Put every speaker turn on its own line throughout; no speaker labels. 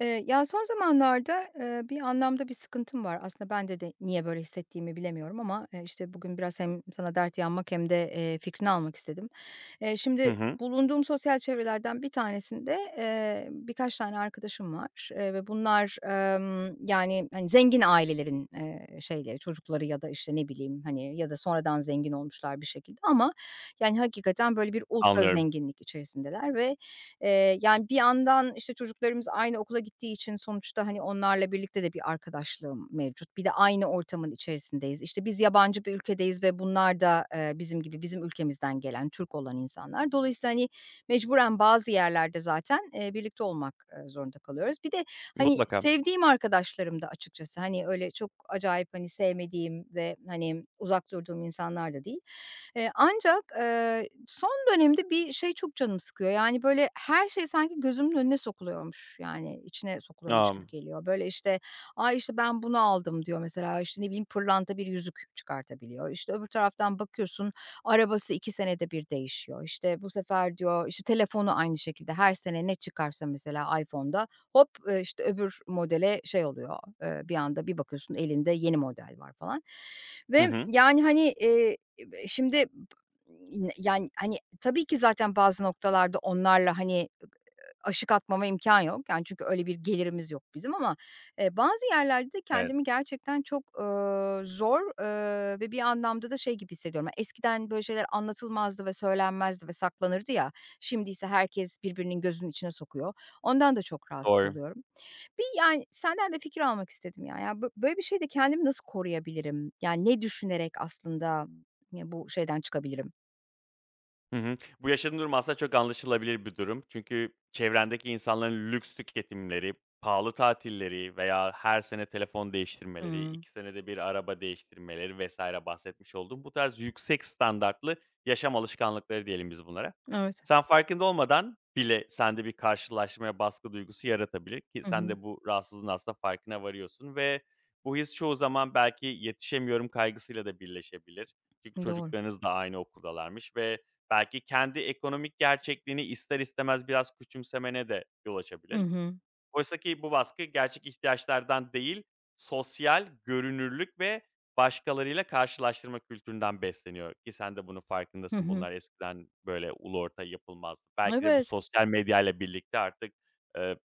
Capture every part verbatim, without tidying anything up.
Eee, ya, son zamanlarda, eee, bir anlamda bir sıkıntım var. Aslında ben de de niye böyle hissettiğimi bilemiyorum ama, eee, işte, bugün biraz hem sana dert yanmak hem de, eee, fikrini almak istedim. Eee,
Hı
şimdi
hı,
bulunduğum sosyal çevrelerden bir tanesinde, eee, birkaç tane arkadaşım var, eee, ve bunlar, emm, yani, hani, zengin ailelerin, eee, şeyleri, çocukları ya da, işte, ne bileyim, hani, ya da sonradan zengin olmuşlar bir şekilde ama, yani, hakikaten böyle bir ultra
anlıyorum.
zenginlik içerisindeler. Ve Eee, yani, bir yandan, işte, çocuklarımız aynı okula gittiği için sonuçta, hani, onlarla birlikte de bir arkadaşlığım mevcut. Bir de aynı ortamın içerisindeyiz. İşte, biz yabancı bir ülkedeyiz ve bunlar da, eee, bizim gibi, bizim ülkemizden gelen, Türk olan insanlar. Dolayısıyla, hani, mecburen bazı yerlerde zaten, eee, birlikte olmak, eee, zorunda kalıyoruz. Bir de, hani,
Mutlaka.
sevdiğim arkadaşlarım da açıkçası. Hani, öyle çok acayip, hani, sevmediğim ve, hani, uzak durduğum insanlar da değil. Eee, ancak, eee, son dönemde bir şey çok canımı sıkıyor. Yani, böyle, her şey sanki gözümün önüne sokuluyormuş, yani, içine sokuluyormuş gibi
Am,
geliyor. Böyle, işte, "Ay, işte, ben bunu aldım." diyor mesela. İşte, ne bileyim, pırlanta bir yüzük çıkartabiliyor. İşte, öbür taraftan bakıyorsun, arabası iki senede bir değişiyor. İşte, bu sefer diyor, işte, telefonu aynı şekilde her sene ne çıkarsa mesela iPhone'da hop, eee, işte, öbür modele şey oluyor, eee, bir anda bir bakıyorsun elinde yeni model var falan
hı
ve,
hı,
yani, hani. Eee, şimdi yine- yani, hani, tabii ki zaten bazı noktalarda onlarla, hani, aşık atmama imkan yok. Yani, çünkü öyle bir gelirimiz yok bizim ama, eee, bazı yerlerde de
evet,
kendimi gerçekten çok, eee, zor, eee, ve bir anlamda da şey gibi hissediyorum. Ya, eskiden böyle şeyler anlatılmazdı ve söylenmezdi ve saklanırdı ya. Şimdi ise herkes birbirinin gözünün içine sokuyor. Ondan da çok rahatsız
doğru.
oluyorum. Bir, yani, senden de fikir almak istedim ya. Ya, bö böyle bir şeyde kendimi nasıl koruyabilirim? Yani, ne düşünerek aslında, ya, bu şeyden çıkabilirim?
Hı hı. Bu yaşadığın durum aslında çok anlaşılabilir bir durum. Çünkü çevrendeki insanların lüks tüketimleri, pahalı tatilleri veya her sene telefon değiştirmeleri,
Hımm.
iki senede bir araba değiştirmeleri vesaire bahsetmiş olduğun bu tarz yüksek standartlı yaşam alışkanlıkları diyelim biz bunlara.
Evet.
Sen farkında olmadan bile sende bir karşılaşmaya baskı duygusu yaratabilir ki
Hı
sen
hı.
de bu rahatsızlığın aslında farkına varıyorsun ve bu his çoğu zaman belki yetişemiyorum kaygısıyla da birleşebilir. Çünkü
Doğru.
çocuklarınız da aynı okuldalarmış ve belki kendi ekonomik gerçekliğini ister istemez biraz küçümsemene de yol
Hı
açabilir.
hı.
Oysa ki bu baskı gerçek ihtiyaçlardan değil, sosyal görünürlük ve başkalarıyla karşılaştırma kültüründen besleniyor ki sen de bunun
Hı
farkındasın.
hı.
Bunlar eskiden böyle ulu orta yapılmazdı. Belki de bu
Evet.
sosyal medyayla birlikte artık, eee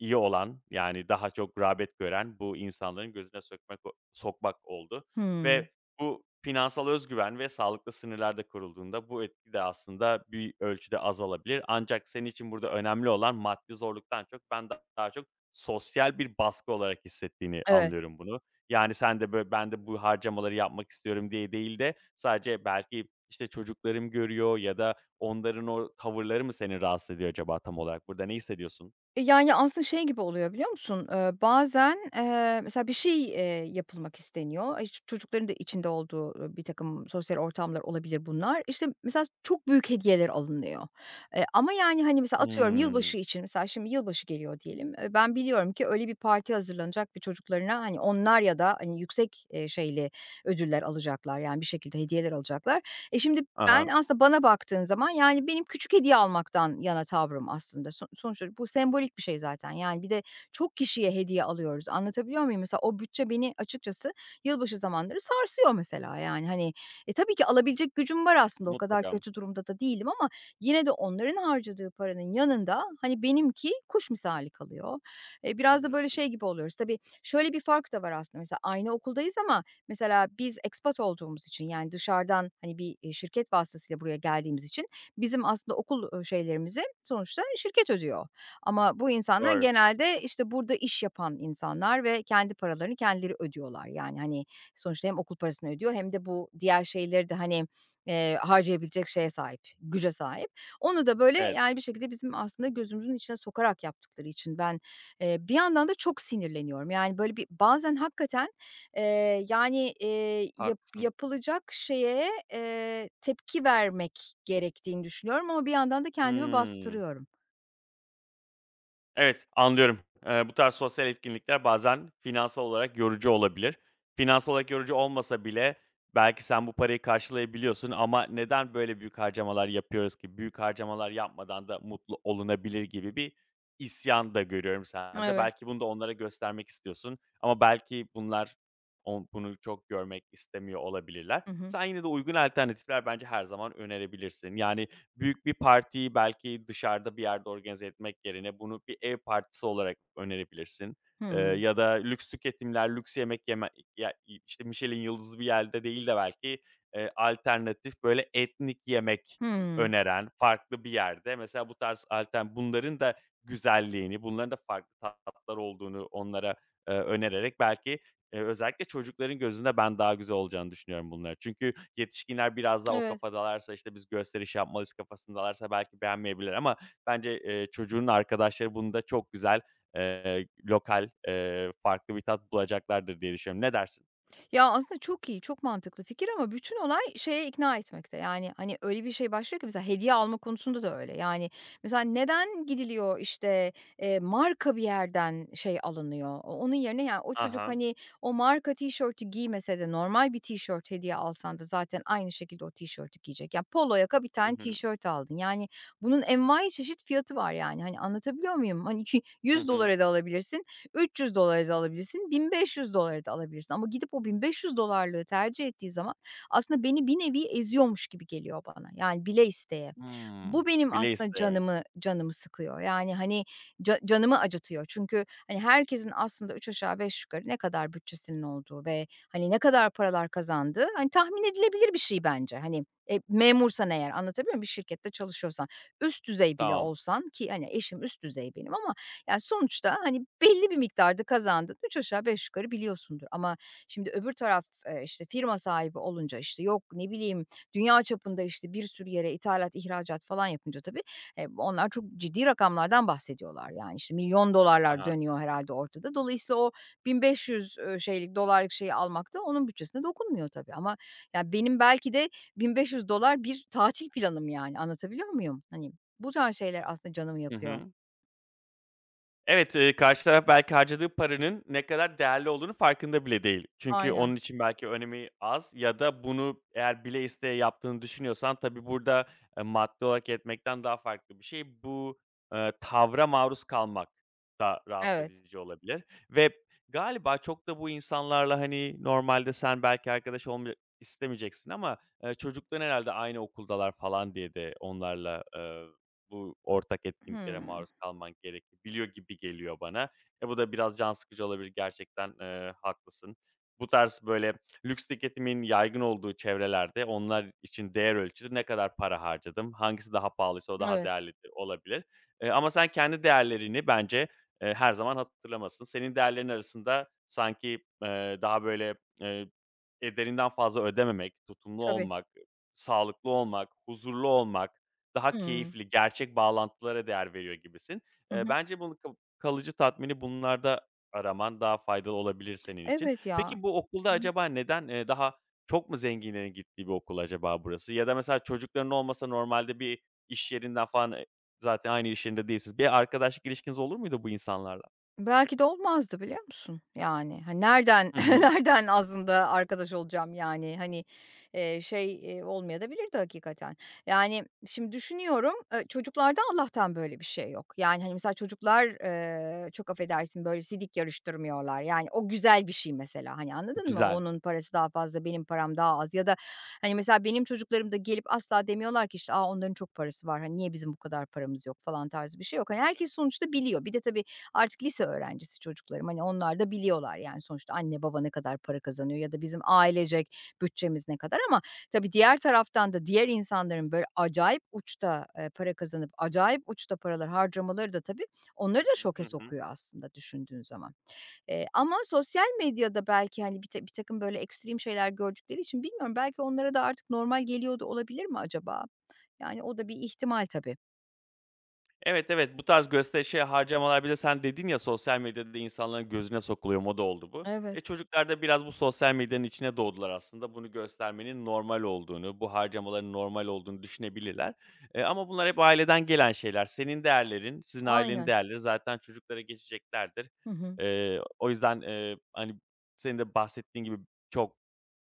İyi olan, yani, daha çok rağbet gören bu insanların gözüne sökmek sokmak oldu
Hımm.
ve bu finansal özgüven ve sağlıklı sınırlarda da kurulduğunda bu etki de aslında bir ölçüde azalabilir. Ancak senin için burada önemli olan maddi zorluktan çok ben da- daha çok sosyal bir baskı olarak hissettiğini
Evet.
anlıyorum bunu. Yani, sen de, böyle, "Ben de bu harcamaları yapmak istiyorum." diye değil de sadece belki, işte, çocuklarım görüyor ya da onların o tavırları mı seni rahatsız ediyor acaba tam olarak? Burada ne hissediyorsun?
E, yani, aslında şey gibi oluyor, biliyor musun? Eee, bazen, eee, mesela bir şey, eee, yapılmak isteniyor. E, ç çocukların da içinde olduğu, e, bir takım sosyal ortamlar olabilir bunlar. İşte, mesela çok büyük hediyeler alınıyor. Eee, ama, yani, hani, mesela atıyorum
Hımm.
yılbaşı için mesela şimdi yılbaşı geliyor diyelim. Eee, ben biliyorum ki öyle bir parti hazırlanacak ve çocuklarına, hani, onlar ya da, hani, yüksek, eee, şeyli ödüller alacaklar, yani, bir şekilde hediyeler alacaklar. E, şimdi
Ha
ben
ha.
aslında bana baktığın zaman, yani, benim küçük hediye almaktan yana tavrım aslında. So sonuçta bu sembolik bir şey zaten. Yani, bir de çok kişiye hediye alıyoruz. Anlatabiliyor muyum? Mesela o bütçe beni açıkçası yılbaşı zamanları sarsıyor mesela, yani, hani. E, tabii ki alabilecek gücüm var aslında, o kadar
Mutlaka.
kötü durumda da değilim ama yine de onların harcadığı paranın yanında, hani, benimki kuş misali kalıyor. Eee,
Hı
biraz da
hı.
böyle
Hı hı.
şey gibi oluyoruz. Tabii şöyle bir fark da var aslında, mesela aynı okuldayız ama mesela biz expat olduğumuz için, yani, dışarıdan, hani, bir, eee, şirket vasıtasıyla buraya geldiğimiz için bizim aslında okul, ııı, şeylerimizi sonuçta şirket ödüyor. Ama bu insanlar
Doğru.
genelde, işte, burada iş yapan insanlar ve kendi paralarını kendileri ödüyorlar. Yani, hani, sonuçta hem okul parasını ödüyor hem de bu diğer şeyleri de, hani, eee, harcayabilecek şeye sahip, güce sahip. Onu da, böyle,
Evet,
yani, bir şekilde bizim aslında gözümüzün içine sokarak yaptıkları için ben, eee, bir yandan da çok sinirleniyorum. Yani, böyle, bir bazen hakikaten Eee, yani, eee, yap
haklısın.
yapılacak şeye, eee, tepki vermek gerektiğini düşünüyorum ama bir yandan da kendimi
Hımm.
bastırıyorum.
Evet, anlıyorum. Eee, bu tarz sosyal etkinlikler bazen finansal olarak yorucu olabilir. Finansal olarak yorucu olmasa bile belki sen bu parayı karşılayabiliyorsun ama neden böyle büyük harcamalar yapıyoruz ki? Büyük harcamalar yapmadan da mutlu olunabilir gibi bir isyan da görüyorum sende.
Evet.
Belki bunu da onlara göstermek istiyorsun ama belki bunlar on- bunu çok görmek istemiyor olabilirler.
Hı hı.
Sen yine de uygun alternatifler bence her zaman önerebilirsin. Yani büyük bir partiyi belki dışarıda bir yerde organize etmek yerine bunu bir ev partisi olarak önerebilirsin. Eee,
Hımm.
ya da lüks tüketimler, lüks yemek yeme ya, işte, Michelin yıldızlı bir yerde değil de belki, eee, alternatif, böyle, etnik yemek
Hımm.
öneren farklı bir yerde mesela bu tarz altern bunların da güzelliğini, bunların da farklı tatlar olduğunu onlara, eee, önererek belki. Eee, özellikle çocukların gözünde ben daha güzel olacağını düşünüyorum bunları. Çünkü yetişkinler biraz daha o
Evet.
kafadalarsa, işte, "Biz gösteriş yapmalıyız." kafasındalarsa belki beğenmeyebilir ama bence, eee, çocuğun arkadaşları bunu da çok güzel, eee, lokal, eee, farklı bir tat bulacaklardır diye düşünüyorum. Ne dersin?
Ya, aslında çok iyi, çok mantıklı fikir ama bütün olay şeye ikna etmekte. Yani, hani, öyle bir şey başlıyor ki mesela hediye alma konusunda da öyle. Yani, mesela neden gidiliyor, işte, eee, marka bir yerden şey alınıyor? O onun yerine yani o
Aha.
çocuk,
Ha.
hani, o marka tişörtü giymese de normal bir tişört hediye alsan da zaten aynı şekilde o tişörtü giyecek. Ya, polo yaka bir
Hı
tane
hı.
tişört aldın. Yani, bunun envai çeşit fiyatı var, yani. Hani, anlatabiliyor muyum? Hani,
Hı hı.
$yüz dolara da alabilirsin, $üç yüz dolara da alabilirsin, $bin beş yüz dolara da alabilirsin ama gidip o $bin beş yüz dolarlığı tercih ettiği zaman aslında beni bir nevi eziyormuş gibi geliyor bana. Yani bile isteye. Bu
Hımm.
benim
Bile
aslında
isteye.
canımı canımı sıkıyor. Yani, hani, ca canımı acıtıyor. Çünkü, hani, herkesin aslında üç aşağı beş yukarı ne kadar bütçesinin olduğu ve, hani, ne kadar paralar kazandığı, hani, tahmin edilebilir bir şey bence. Hani, e, memursan eğer anlatabiliyor muyum? Bir şirkette çalışıyorsan, üst düzey bile
Tamam.
olsan ki, hani, eşim üst düzey benim ama yani, sonuçta, hani, belli bir miktarda kazandığını üç aşağı beş yukarı biliyorsundur ama şimdi öbür taraf, eee, işte, firma sahibi olunca, işte, yok, ne bileyim, dünya çapında, işte, bir sürü yere ithalat, ihracat falan yapınca tabii, eee, onlar çok ciddi rakamlardan bahsediyorlar. Yani, işte, milyon dolarlar
Aha.
dönüyor herhalde ortada. Dolayısıyla o bin beş yüz, eee, şeylik, dolarlık şeyi almak da onun bütçesine dokunmuyor tabii ama, ya, benim belki de bin beş yüz dolar bir tatil planım, yani, anlatabiliyor muyum? Hani, bu tarz şeyler aslında canımı
Hı
yakıyor.
hı. Evet, eee, karşı taraf belki harcadığı paranın ne kadar değerli olduğunu farkında bile değil. Çünkü
Aynen.
onun için belki önemi az ya da bunu eğer bile isteye yaptığını düşünüyorsan tabii burada, eee, maddi olarak etmekten daha farklı bir şey. Bu, eee, tavra maruz kalmak da rahatsız
Evet.
edici olabilir ve galiba çok da bu insanlarla, hani, normalde sen belki arkadaş olmaya istemeyeceksin ama, eee, çocukluktan herhâlde aynı okuldalar falan diye de onlarla, bu ortak etkinliklere
Hımm.
maruz kalman gerekebiliyor gibi geliyor bana. E, bu da biraz can sıkıcı olabilir gerçekten, eee, haklısın. Bu tarz, böyle, lüks tüketimin yaygın olduğu çevrelerde onlar için değer ölçütü ne kadar para harcadım, hangisi daha pahalıysa o daha
Evet,
değerli olabilir. Eee, ama sen kendi değerlerini bence, eee, her zaman hatırlamasın. Senin değerlerin arasında sanki, eee, daha, böyle, eee, ederinden fazla ödememek, tutumlu
tabii.
olmak, sağlıklı olmak, huzurlu olmak daha
Hımm.
keyifli, gerçek bağlantılara değer veriyor gibisin.
Hı
Eee,
hı.
bence bunu ka kalıcı tatmini bunlarda araman daha faydalı olabilir senin için.
Evet ya.
Peki bu okulda
Hı hı.
acaba neden, eee, daha çok mu zenginlerin gittiği bir okul acaba burası? Ya da mesela çocukların olmasa normalde bir iş yerinden falan, eee, zaten aynı iş yerinde değilsiniz. Bir arkadaşlık ilişkiniz olur muydu bu insanlarla?
Belki de olmazdı biliyor musun? Yani, hani, nereden
Hı hı.
nereden aslında arkadaş olacağım yani, hani, eee, şey, eee, olmayadabilirdi hakikaten. Yani, şimdi düşünüyorum, eee, çocuklarda Allah'tan böyle bir şey yok. Yani, hani, mesela çocuklar, eee, çok affedersin, böyle, sidik yarıştırmıyorlar. Yani, o güzel bir şey mesela, hani, anladın mı?
Güzel.
Onun parası daha fazla, benim param daha az ya da, hani, mesela benim çocuklarım da gelip asla demiyorlar ki, işte, "A, onların çok parası var, hani, niye bizim bu kadar paramız yok?" falan tarzı bir şey yok. Hani, herkes sonuçta biliyor. Bir de tabii artık lise öğrencisi çocuklarım. Hani, onlar da biliyorlar, yani sonuçta anne baba ne kadar para kazanıyor ya da bizim ailecek bütçemiz ne kadar ama tabii diğer taraftan da diğer insanların böyle acayip uçta, eee, para kazanıp acayip uçta paralar harcamaları da tabii
Hı
onları da
hı.
şoke
Hı hı.
sokuyor aslında düşündüğün zaman. Eee, ama sosyal medyada belki, hani, bir ta- bir takım böyle ekstrem şeyler gördükleri için bilmiyorum, belki onlara da artık normal geliyor da olabilir mi acaba? Yani o da bir ihtimal tabii.
Evet, evet, bu tarz gösterişe harcamalar bir de sen dedin ya, sosyal medyada insanların gözüne sokuluyor, moda oldu bu. E,
Evet,
çocuklar da biraz bu sosyal medyanın içine doğdular aslında. Bunu göstermenin normal olduğunu, bu harcamaların normal olduğunu düşünebilirler. Eee, ama bunlar hep aileden gelen şeyler. Senin değerlerin, sizin ailenin
aynen.
değerleri zaten çocuklara geçeceklerdir.
Hı hı.
Eee, o yüzden, eee, hani, senin de bahsettiğin gibi çok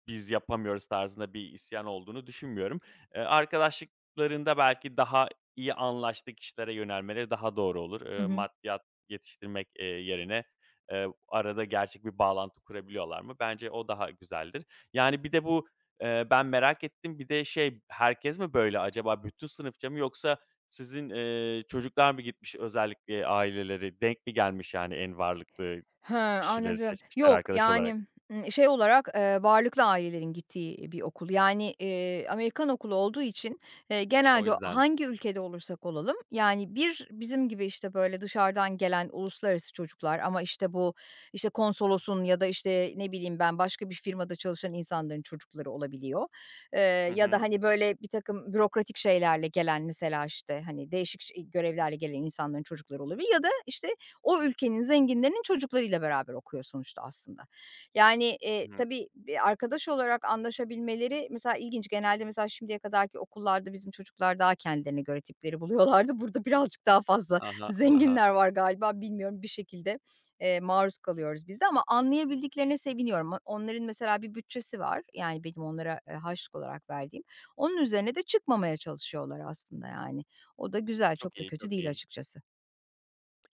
biz yapamıyoruz tarzında bir isyan olduğunu düşünmüyorum. Eee, arkadaşlıklarında belki daha iyi anlaştığı kişilere yönelmeleri daha doğru olur.
Hı
Eee,
hı.
maddiyat yetiştirmek, eee, yerine, eee, arada gerçek bir bağlantı kurabiliyorlar mı? Bence o daha güzeldir. Yani bir de bu, eee, ben merak ettim, bir de şey, herkes mi böyle acaba? Bütün sınıfça mı yoksa sizin, eee, çocuklar mı gitmiş özellikle aileleri? Denk mi gelmiş yani en varlıklı
He,
kişileri
anladım.
seçmişler
Yok,
arkadaş olarak?
yani, ımm, şey olarak, eee, varlıklı ailelerin gittiği bir okul. Yani, eee, Amerikan okulu olduğu için, eee,
O
genelde
yüzden.
hangi ülkede olursak olalım, yani, bir bizim gibi, işte, böyle, dışarıdan gelen uluslararası çocuklar ama, işte, bu, işte, konsolosun ya da, işte, ne bileyim ben, başka bir firmada çalışan insanların çocukları olabiliyor. Eee,
Hı
Ya da,
hı.
hani, böyle, bir takım bürokratik şeylerle gelen mesela, işte, hani, değişik ş görevlerle gelen insanların çocukları olabilir ya da, işte, o ülkenin zenginlerinin çocuklarıyla beraber okuyor sonuçta aslında. Yani, eee, tabii, bir arkadaş olarak anlaşabilmeleri mesela ilginç. Genelde mesela şimdiye kadarki okullarda bizim çocuklar daha kendilerine göre tipleri buluyorlardı. Burada birazcık daha fazla
Ha ha, ha ha.
zenginler var galiba, bilmiyorum, bir şekilde, eee, maruz kalıyoruz biz de ama anlayabildiklerine seviniyorum. Onların mesela bir bütçesi var, yani, benim onlara, eee, harçlık olarak verdiğim. Onun üzerine de çıkmamaya çalışıyorlar aslında, yani. O da güzel,
Çok
çok da
iyi,
kötü
çok
değil
iyi.
açıkçası.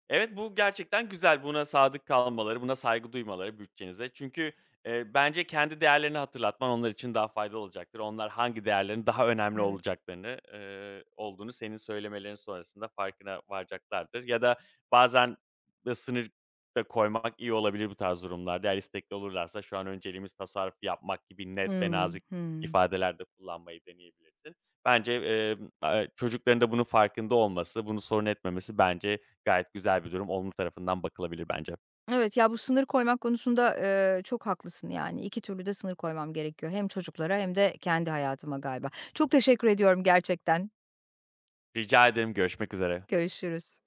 Evet, bu gerçekten güzel. Buna sadık kalmaları, buna saygı duymaları bütçenize. Çünkü, eee, bence kendi değerlerini hatırlatman onlar için daha faydalı olacaktır. Onlar hangi değerlerin daha önemli
Evet.
olacaklarını, eee, olduğunu senin söylemelerin sonrasında farkına varacaklardır. Ya da bazen de sınır da koymak iyi olabilir bu tarz durumlarda. Eğer istekli olurlarsa şu an önceliğimiz tasarruf yapmak gibi net ve
Hımm.
nazik
Hımm.
ifadeler de kullanmayı deneyebilirsin. Bence, emm, aaa, çocukların da bunun farkında olması, bunu sorun etmemesi bence gayet güzel bir durum. Olumlu tarafından bakılabilir bence.
Evet, ya, bu sınır koymak konusunda, eee, çok haklısın, yani. iki türlü de sınır koymam gerekiyor. Hem çocuklara hem de kendi hayatıma galiba. Çok teşekkür ediyorum gerçekten.
Rica ederim. Görüşmek üzere.
Görüşürüz.